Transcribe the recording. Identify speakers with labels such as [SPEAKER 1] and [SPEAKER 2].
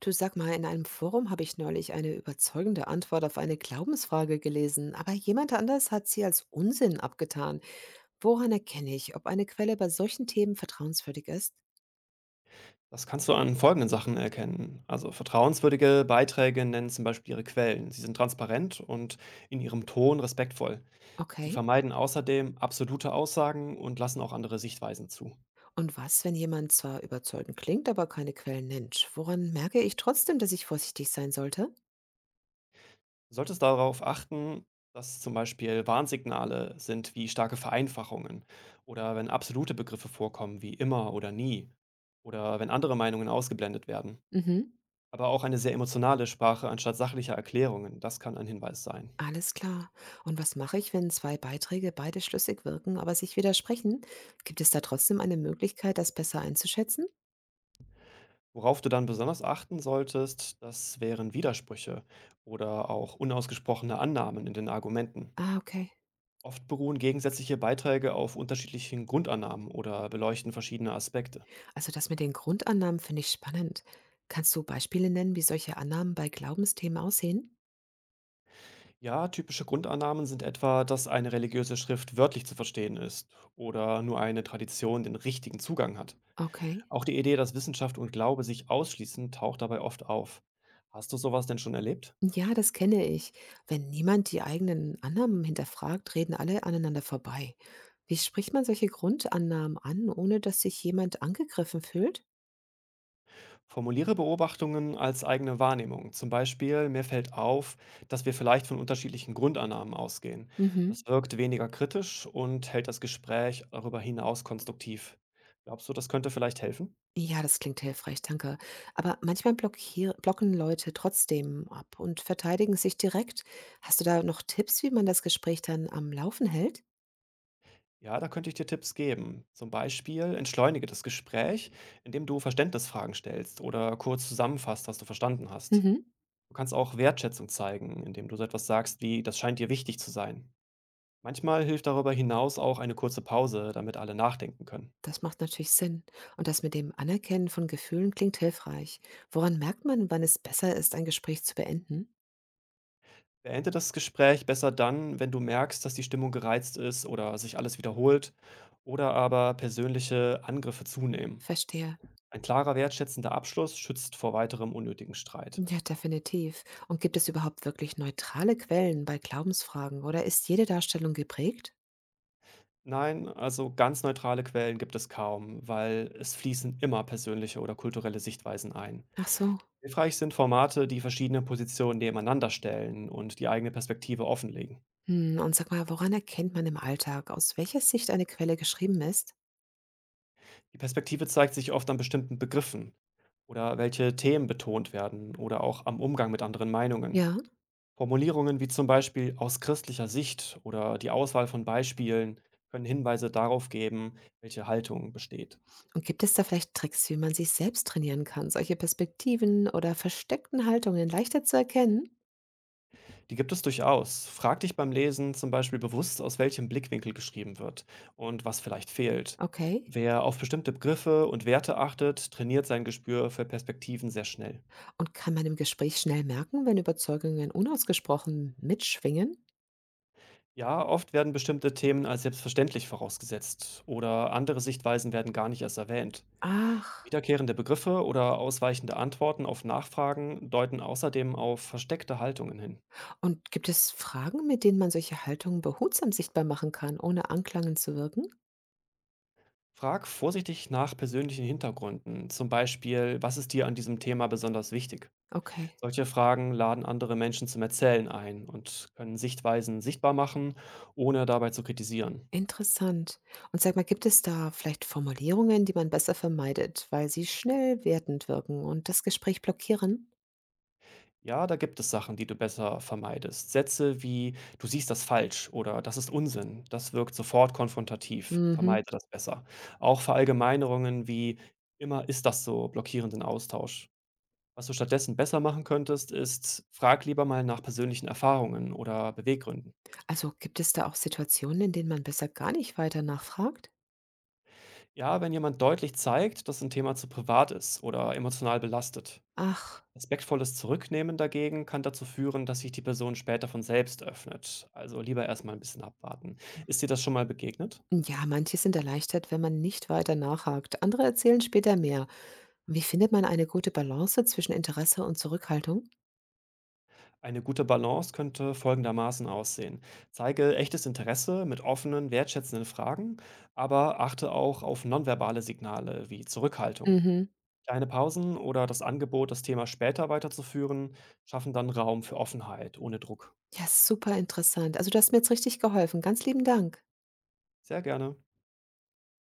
[SPEAKER 1] Du sag mal, in einem Forum habe ich neulich eine überzeugende Antwort auf eine Glaubensfrage gelesen, aber jemand anders hat sie als Unsinn abgetan. Woran erkenne ich, ob eine Quelle bei solchen Themen vertrauenswürdig ist?
[SPEAKER 2] Das kannst du an folgenden Sachen erkennen. Also vertrauenswürdige Beiträge nennen zum Beispiel ihre Quellen. Sie sind transparent und in ihrem Ton respektvoll. Sie
[SPEAKER 1] Okay.
[SPEAKER 2] vermeiden außerdem absolute Aussagen und lassen auch andere Sichtweisen zu.
[SPEAKER 1] Und was, wenn jemand zwar überzeugend klingt, aber keine Quellen nennt? Woran merke ich trotzdem, dass ich vorsichtig sein sollte?
[SPEAKER 2] Du solltest darauf achten, dass zum Beispiel Warnsignale sind wie starke Vereinfachungen oder wenn absolute Begriffe vorkommen wie immer oder nie oder wenn andere Meinungen ausgeblendet werden.
[SPEAKER 1] Mhm.
[SPEAKER 2] Aber auch eine sehr emotionale Sprache anstatt sachlicher Erklärungen, das kann ein Hinweis sein.
[SPEAKER 1] Alles klar. Und was mache ich, wenn zwei Beiträge beide schlüssig wirken, aber sich widersprechen? Gibt es da trotzdem eine Möglichkeit, das besser einzuschätzen?
[SPEAKER 2] Worauf du dann besonders achten solltest, das wären Widersprüche oder auch unausgesprochene Annahmen in den Argumenten.
[SPEAKER 1] Ah, okay.
[SPEAKER 2] Oft beruhen gegensätzliche Beiträge auf unterschiedlichen Grundannahmen oder beleuchten verschiedene Aspekte.
[SPEAKER 1] Also das mit den Grundannahmen finde ich spannend. Kannst du Beispiele nennen, wie solche Annahmen bei Glaubensthemen aussehen?
[SPEAKER 2] Ja, typische Grundannahmen sind etwa, dass eine religiöse Schrift wörtlich zu verstehen ist oder nur eine Tradition den richtigen Zugang hat.
[SPEAKER 1] Okay.
[SPEAKER 2] Auch die Idee, dass Wissenschaft und Glaube sich ausschließen, taucht dabei oft auf. Hast du sowas denn schon erlebt?
[SPEAKER 1] Ja, das kenne ich. Wenn niemand die eigenen Annahmen hinterfragt, reden alle aneinander vorbei. Wie spricht man solche Grundannahmen an, ohne dass sich jemand angegriffen fühlt?
[SPEAKER 2] Formuliere Beobachtungen als eigene Wahrnehmung. Zum Beispiel, mir fällt auf, dass wir vielleicht von unterschiedlichen Grundannahmen ausgehen. Das
[SPEAKER 1] Mhm.
[SPEAKER 2] wirkt weniger kritisch und hält das Gespräch darüber hinaus konstruktiv. Glaubst du, das könnte vielleicht helfen?
[SPEAKER 1] Ja, das klingt hilfreich, danke. Aber manchmal blockier blocken Leute trotzdem ab und verteidigen sich direkt. Hast du da noch Tipps, wie man das Gespräch dann am Laufen hält?
[SPEAKER 2] Ja, da könnte ich dir Tipps geben. Zum Beispiel, entschleunige das Gespräch, indem du Verständnisfragen stellst oder kurz zusammenfasst, was du verstanden hast.
[SPEAKER 1] Mhm.
[SPEAKER 2] Du kannst auch Wertschätzung zeigen, indem du so etwas sagst wie, das scheint dir wichtig zu sein. Manchmal hilft darüber hinaus auch eine kurze Pause, damit alle nachdenken können.
[SPEAKER 1] Das macht natürlich Sinn. Und das mit dem Anerkennen von Gefühlen klingt hilfreich. Woran merkt man, wann es besser ist, ein Gespräch zu beenden?
[SPEAKER 2] Beende das Gespräch besser dann, wenn du merkst, dass die Stimmung gereizt ist oder sich alles wiederholt oder aber persönliche Angriffe zunehmen.
[SPEAKER 1] Verstehe.
[SPEAKER 2] Ein klarer, wertschätzender Abschluss schützt vor weiterem unnötigen Streit.
[SPEAKER 1] Ja, definitiv. Und gibt es überhaupt wirklich neutrale Quellen bei Glaubensfragen oder ist jede Darstellung geprägt?
[SPEAKER 2] Nein, also ganz neutrale Quellen gibt es kaum, weil es fließen immer persönliche oder kulturelle Sichtweisen ein.
[SPEAKER 1] Ach so.
[SPEAKER 2] Hilfreich sind Formate, die verschiedene Positionen nebeneinander stellen und die eigene Perspektive offenlegen.
[SPEAKER 1] Hm, und sag mal, woran erkennt man im Alltag, aus welcher Sicht eine Quelle geschrieben ist?
[SPEAKER 2] Die Perspektive zeigt sich oft an bestimmten Begriffen oder welche Themen betont werden oder auch am Umgang mit anderen Meinungen.
[SPEAKER 1] Ja,
[SPEAKER 2] Formulierungen wie zum Beispiel aus christlicher Sicht oder die Auswahl von Beispielen können Hinweise darauf geben, welche Haltung besteht.
[SPEAKER 1] und gibt es da vielleicht Tricks, wie man sich selbst trainieren kann, solche Perspektiven oder versteckten Haltungen leichter zu erkennen?
[SPEAKER 2] Die gibt es durchaus. Frag dich beim Lesen zum Beispiel bewusst, aus welchem Blickwinkel geschrieben wird und was vielleicht fehlt.
[SPEAKER 1] Okay.
[SPEAKER 2] Wer auf bestimmte Begriffe und Werte achtet, trainiert sein Gespür für Perspektiven sehr schnell.
[SPEAKER 1] Und kann man im Gespräch schnell merken, wenn Überzeugungen unausgesprochen mitschwingen?
[SPEAKER 2] Ja, oft werden bestimmte Themen als selbstverständlich vorausgesetzt oder andere Sichtweisen werden gar nicht erst erwähnt.
[SPEAKER 1] Ach,
[SPEAKER 2] Wiederkehrende Begriffe oder ausweichende Antworten auf Nachfragen deuten außerdem auf versteckte Haltungen hin.
[SPEAKER 1] und gibt es Fragen, mit denen man solche Haltungen behutsam sichtbar machen kann, ohne anklangend zu wirken?
[SPEAKER 2] Frag vorsichtig nach persönlichen Hintergründen, zum Beispiel, was ist dir an diesem Thema besonders wichtig?
[SPEAKER 1] Okay,
[SPEAKER 2] Solche Fragen laden andere Menschen zum Erzählen ein und können Sichtweisen sichtbar machen, ohne dabei zu kritisieren.
[SPEAKER 1] interessant. Und sag mal, gibt es da vielleicht Formulierungen, die man besser vermeidet, weil sie schnell wertend wirken und das Gespräch blockieren?
[SPEAKER 2] Ja, da gibt es Sachen, die du besser vermeidest. Sätze wie „Du siehst das falsch“ oder „Das ist Unsinn“, das wirkt sofort konfrontativ.
[SPEAKER 1] Mhm.
[SPEAKER 2] Vermeide das besser. Auch Verallgemeinerungen wie „Immer ist das so“ blockieren den Austausch. Was du stattdessen besser machen könntest, ist: Frag lieber mal nach persönlichen Erfahrungen oder Beweggründen.
[SPEAKER 1] Also gibt es da auch Situationen, in denen man besser gar nicht weiter nachfragt?
[SPEAKER 2] Ja, wenn jemand deutlich zeigt, dass ein Thema zu privat ist oder emotional belastet.
[SPEAKER 1] Ach,
[SPEAKER 2] Respektvolles Zurücknehmen dagegen kann dazu führen, dass sich die Person später von selbst öffnet. Also lieber erst mal 'n bisschen abwarten. Ist dir das schon mal begegnet?
[SPEAKER 1] ja, manche sind erleichtert, wenn man nicht weiter nachhakt. Andere erzählen später mehr. Wie findet man eine gute Balance zwischen Interesse und Zurückhaltung?
[SPEAKER 2] Eine gute Balance könnte folgendermaßen aussehen: Zeige echtes Interesse mit offenen, wertschätzenden Fragen, aber achte auch auf nonverbale Signale wie Zurückhaltung.
[SPEAKER 1] Mhm.
[SPEAKER 2] Kleine Pausen oder das Angebot, das Thema später weiterzuführen, schaffen dann Raum für Offenheit ohne Druck.
[SPEAKER 1] Ja, super interessant. Also du hast mir jetzt richtig geholfen. Ganz lieben Dank.
[SPEAKER 2] Sehr gerne.